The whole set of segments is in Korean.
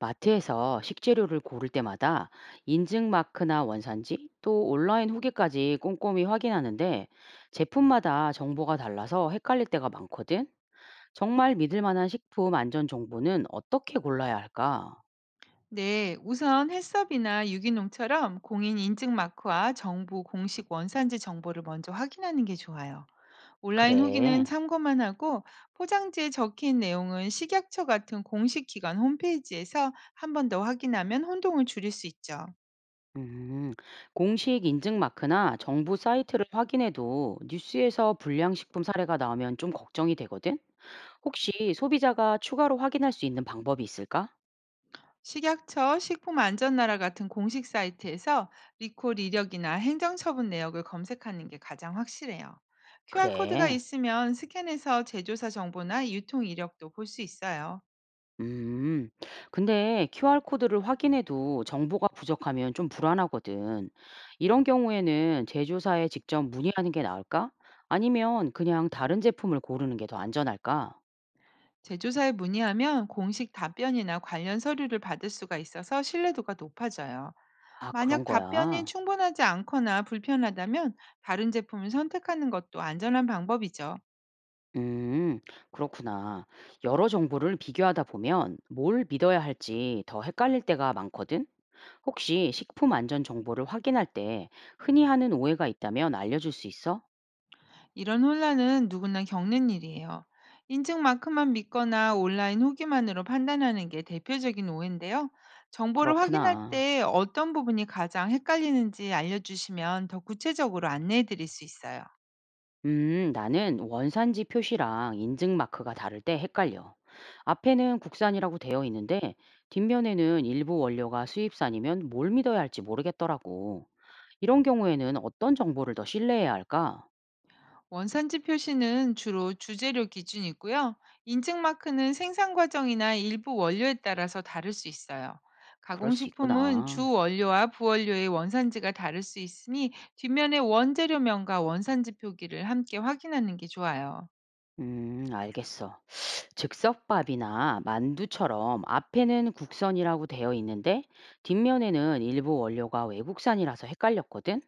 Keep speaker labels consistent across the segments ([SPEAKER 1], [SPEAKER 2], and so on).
[SPEAKER 1] 마트에서 식재료를 고를 때마다 인증 마크나 원산지 또 온라인 후기까지 꼼꼼히 확인하는데 제품마다 정보가 달라서 헷갈릴 때가 많거든. 정말 믿을 만한 식품 안전 정보는 어떻게 골라야 할까?
[SPEAKER 2] 네, 우선 햇섭이나 유기농처럼 공인 인증 마크와 정부 공식 원산지 정보를 먼저 확인하는 게 좋아요. 온라인 후기는
[SPEAKER 1] 그래.
[SPEAKER 2] 참고만 하고, 포장지에 적힌 내용은 식약처 같은 공식 기관 홈페이지에서 한 번 더 확인하면 혼동을 줄일 수 있죠.
[SPEAKER 1] 음, 공식 인증 마크나 정부 사이트를 확인해도 뉴스에서 불량식품 사례가 나오면 좀 걱정이 되거든. 혹시 소비자가 추가로 확인할 수 있는 방법이 있을까?
[SPEAKER 2] 식약처 식품안전나라 같은 공식 사이트에서 리콜 이력이나 행정처분 내역을 검색하는 게 가장 확실해요. QR코드가
[SPEAKER 1] 그래.
[SPEAKER 2] 있으면 스캔해서 제조사 정보나 유통 이력도 볼 수 있어요.
[SPEAKER 1] 음, 근데 QR코드를 확인해도 정보가 부족하면 좀 불안하거든. 이런 경우에는 제조사에 직접 문의하는 게 나을까? 아니면 그냥 다른 제품을 고르는 게 더 안전할까?
[SPEAKER 2] 제조사에 문의하면 공식 답변이나 관련 서류를 받을 수가 있어서 신뢰도가 높아져요.
[SPEAKER 1] 아, 그런
[SPEAKER 2] 만약 답변이
[SPEAKER 1] 거야.
[SPEAKER 2] 충분하지 않거나 불편하다면, 다른 제품을 선택하는 것도 안전한 방법이죠.
[SPEAKER 1] 음, 그렇구나. 여러 정보를 비교하다 보면 뭘 믿어야 할지 더 헷갈릴 때가 많거든. 혹시 식품 안전 정보를 확인할 때 흔히 하는 오해가 있다면 알려줄 수 있어?
[SPEAKER 2] 이런 혼란은 누구나 겪는 일이에요. 인증 마크만 믿거나 온라인 후기만으로 판단하는 게 대표적인 오해인데요. 정보를 확인할
[SPEAKER 1] 그렇구나.
[SPEAKER 2] 때 어떤 부분이 가장 헷갈리는지 알려주시면 더 구체적으로 안내해 드릴 수 있어요.
[SPEAKER 1] 나는 원산지 표시랑 인증 마크가 다를 때 헷갈려. 앞에는 국산이라고 되어 있는데 뒷면에는 일부 원료가 수입산이면 뭘 믿어야 할지 모르겠더라고. 이런 경우에는 어떤 정보를 더 신뢰해야 할까?
[SPEAKER 2] 원산지 표시는 주로 주재료 기준이고요. 인증 마크는 생산 과정이나 일부 원료에 따라서 다를 수 있어요.
[SPEAKER 1] 그럴 수
[SPEAKER 2] 가공식품은
[SPEAKER 1] 있구나.
[SPEAKER 2] 주 원료와 부원료의 원산지가 다를 수 있으니, 뒷면에 원재료명과 원산지 표기를 함께 확인하는 게 좋아요.
[SPEAKER 1] 알겠어. 즉석밥이나 만두처럼 앞에는 국선이라고 되어 있는데 뒷면에는 일부 원료가 외국산이라서 헷갈렸거든.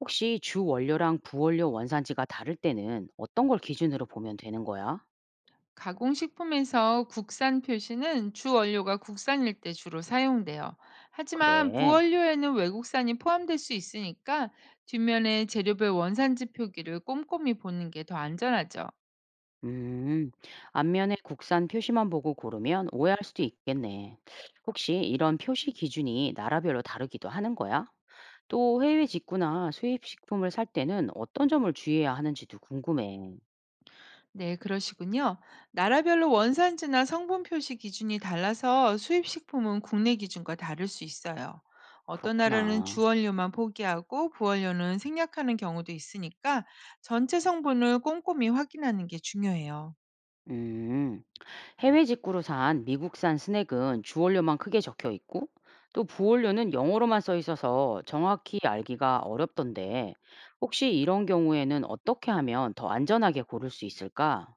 [SPEAKER 1] 혹시 주 원료랑 부원료 원산지가 다를 때는 어떤 걸 기준으로 보면 되는 거야?
[SPEAKER 2] 가공식품에서 국산 표시는 주 원료가 국산일 때 주로 사용돼요.
[SPEAKER 1] 그래.
[SPEAKER 2] 하지만 부원료에는 외국산이 포함될 수 있으니까, 뒷면에 재료별 원산지 표기를 꼼꼼히 보는 게 더 안전하죠.
[SPEAKER 1] 음, 앞면에 국산 표시만 보고 고르면 오해할 수도 있겠네. 혹시 이런 표시 기준이 나라별로 다르기도 하는 거야? 또 해외 직구나 수입 식품을 살 때는 어떤 점을 주의해야 하는지도 궁금해.
[SPEAKER 2] 네, 그러시군요. 나라별로 원산지나 성분 표시 기준이 달라서 수입 식품은 국내 기준과 다를 수 있어요. 어떤 나라는
[SPEAKER 1] 그렇구나.
[SPEAKER 2] 주원료만 포기하고 부원료는 생략하는 경우도 있으니까, 전체 성분을 꼼꼼히 확인하는 게 중요해요.
[SPEAKER 1] 음. 해외 직구로 산 미국산 스낵은 주원료만 크게 적혀 있고 또 부원료는 영어로만 써 있어서 정확히 알기가 어렵던데 혹시 이런 경우에는 어떻게 하면 더 안전하게 고를 수 있을까?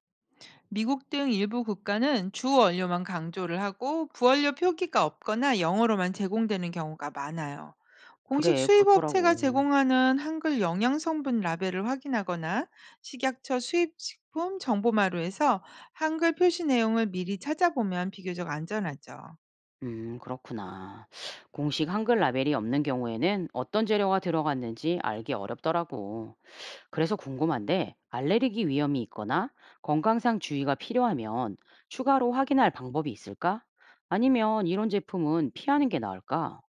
[SPEAKER 2] 미국 등 일부 국가는 주 원료만 강조를 하고 부원료 표기가 없거나 영어로만 제공되는 경우가 많아요. 공식
[SPEAKER 1] 그래,
[SPEAKER 2] 수입 업체가
[SPEAKER 1] 그렇더라고.
[SPEAKER 2] 제공하는 한글 영양 성분 라벨을 확인하거나, 식약처 수입 식품 정보 마루에서 한글 표시 내용을 미리 찾아보면 비교적 안전하죠.
[SPEAKER 1] 그렇구나. 공식 한글 라벨이 없는 경우에는 어떤 재료가 들어갔는지 알기 어렵더라고. 그래서 궁금한데 알레르기 위험이 있거나 건강상 주의가 필요하면 추가로 확인할 방법이 있을까? 아니면 이런 제품은 피하는 게 나을까?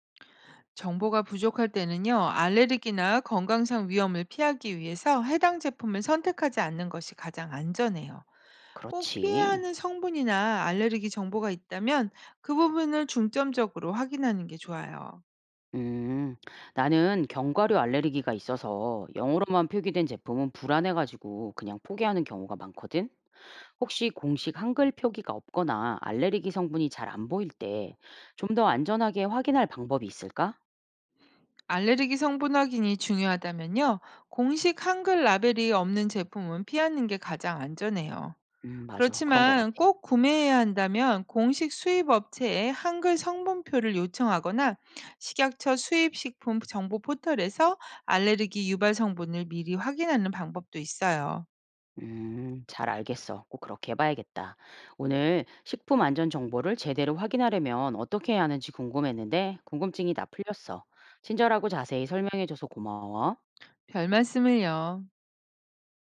[SPEAKER 2] 정보가 부족할 때는요, 알레르기나 건강상 위험을 피하기 위해서 해당 제품을 선택하지 않는 것이 가장 안전해요. 꼭 피해야
[SPEAKER 1] 그렇지.
[SPEAKER 2] 하는 성분이나 알레르기 정보가 있다면, 그 부분을 중점적으로 확인하는 게 좋아요.
[SPEAKER 1] 음, 나는 견과류 알레르기가 있어서 영어로만 표기된 제품은 불안해가지고 그냥 포기하는 경우가 많거든. 혹시 공식 한글 표기가 없거나 알레르기 성분이 잘 안 보일 때 좀 더 안전하게 확인할 방법이 있을까?
[SPEAKER 2] 알레르기 성분 확인이 중요하다면요, 공식 한글 라벨이 없는 제품은 피하는 게 가장 안전해요.
[SPEAKER 1] 맞아. 그런 것 같아.
[SPEAKER 2] 그렇지만 꼭 구매해야 한다면 공식 수입 업체에 한글 성분표를 요청하거나, 식약처 수입식품 정보 포털에서 알레르기 유발 성분을 미리 확인하는 방법도 있어요.
[SPEAKER 1] 잘 알겠어. 꼭 그렇게 해봐야겠다. 오늘 식품 안전 정보를 제대로 확인하려면 어떻게 해야 하는지 궁금했는데 궁금증이 다 풀렸어. 친절하고 자세히 설명해줘서 고마워.
[SPEAKER 2] 별 말씀을요.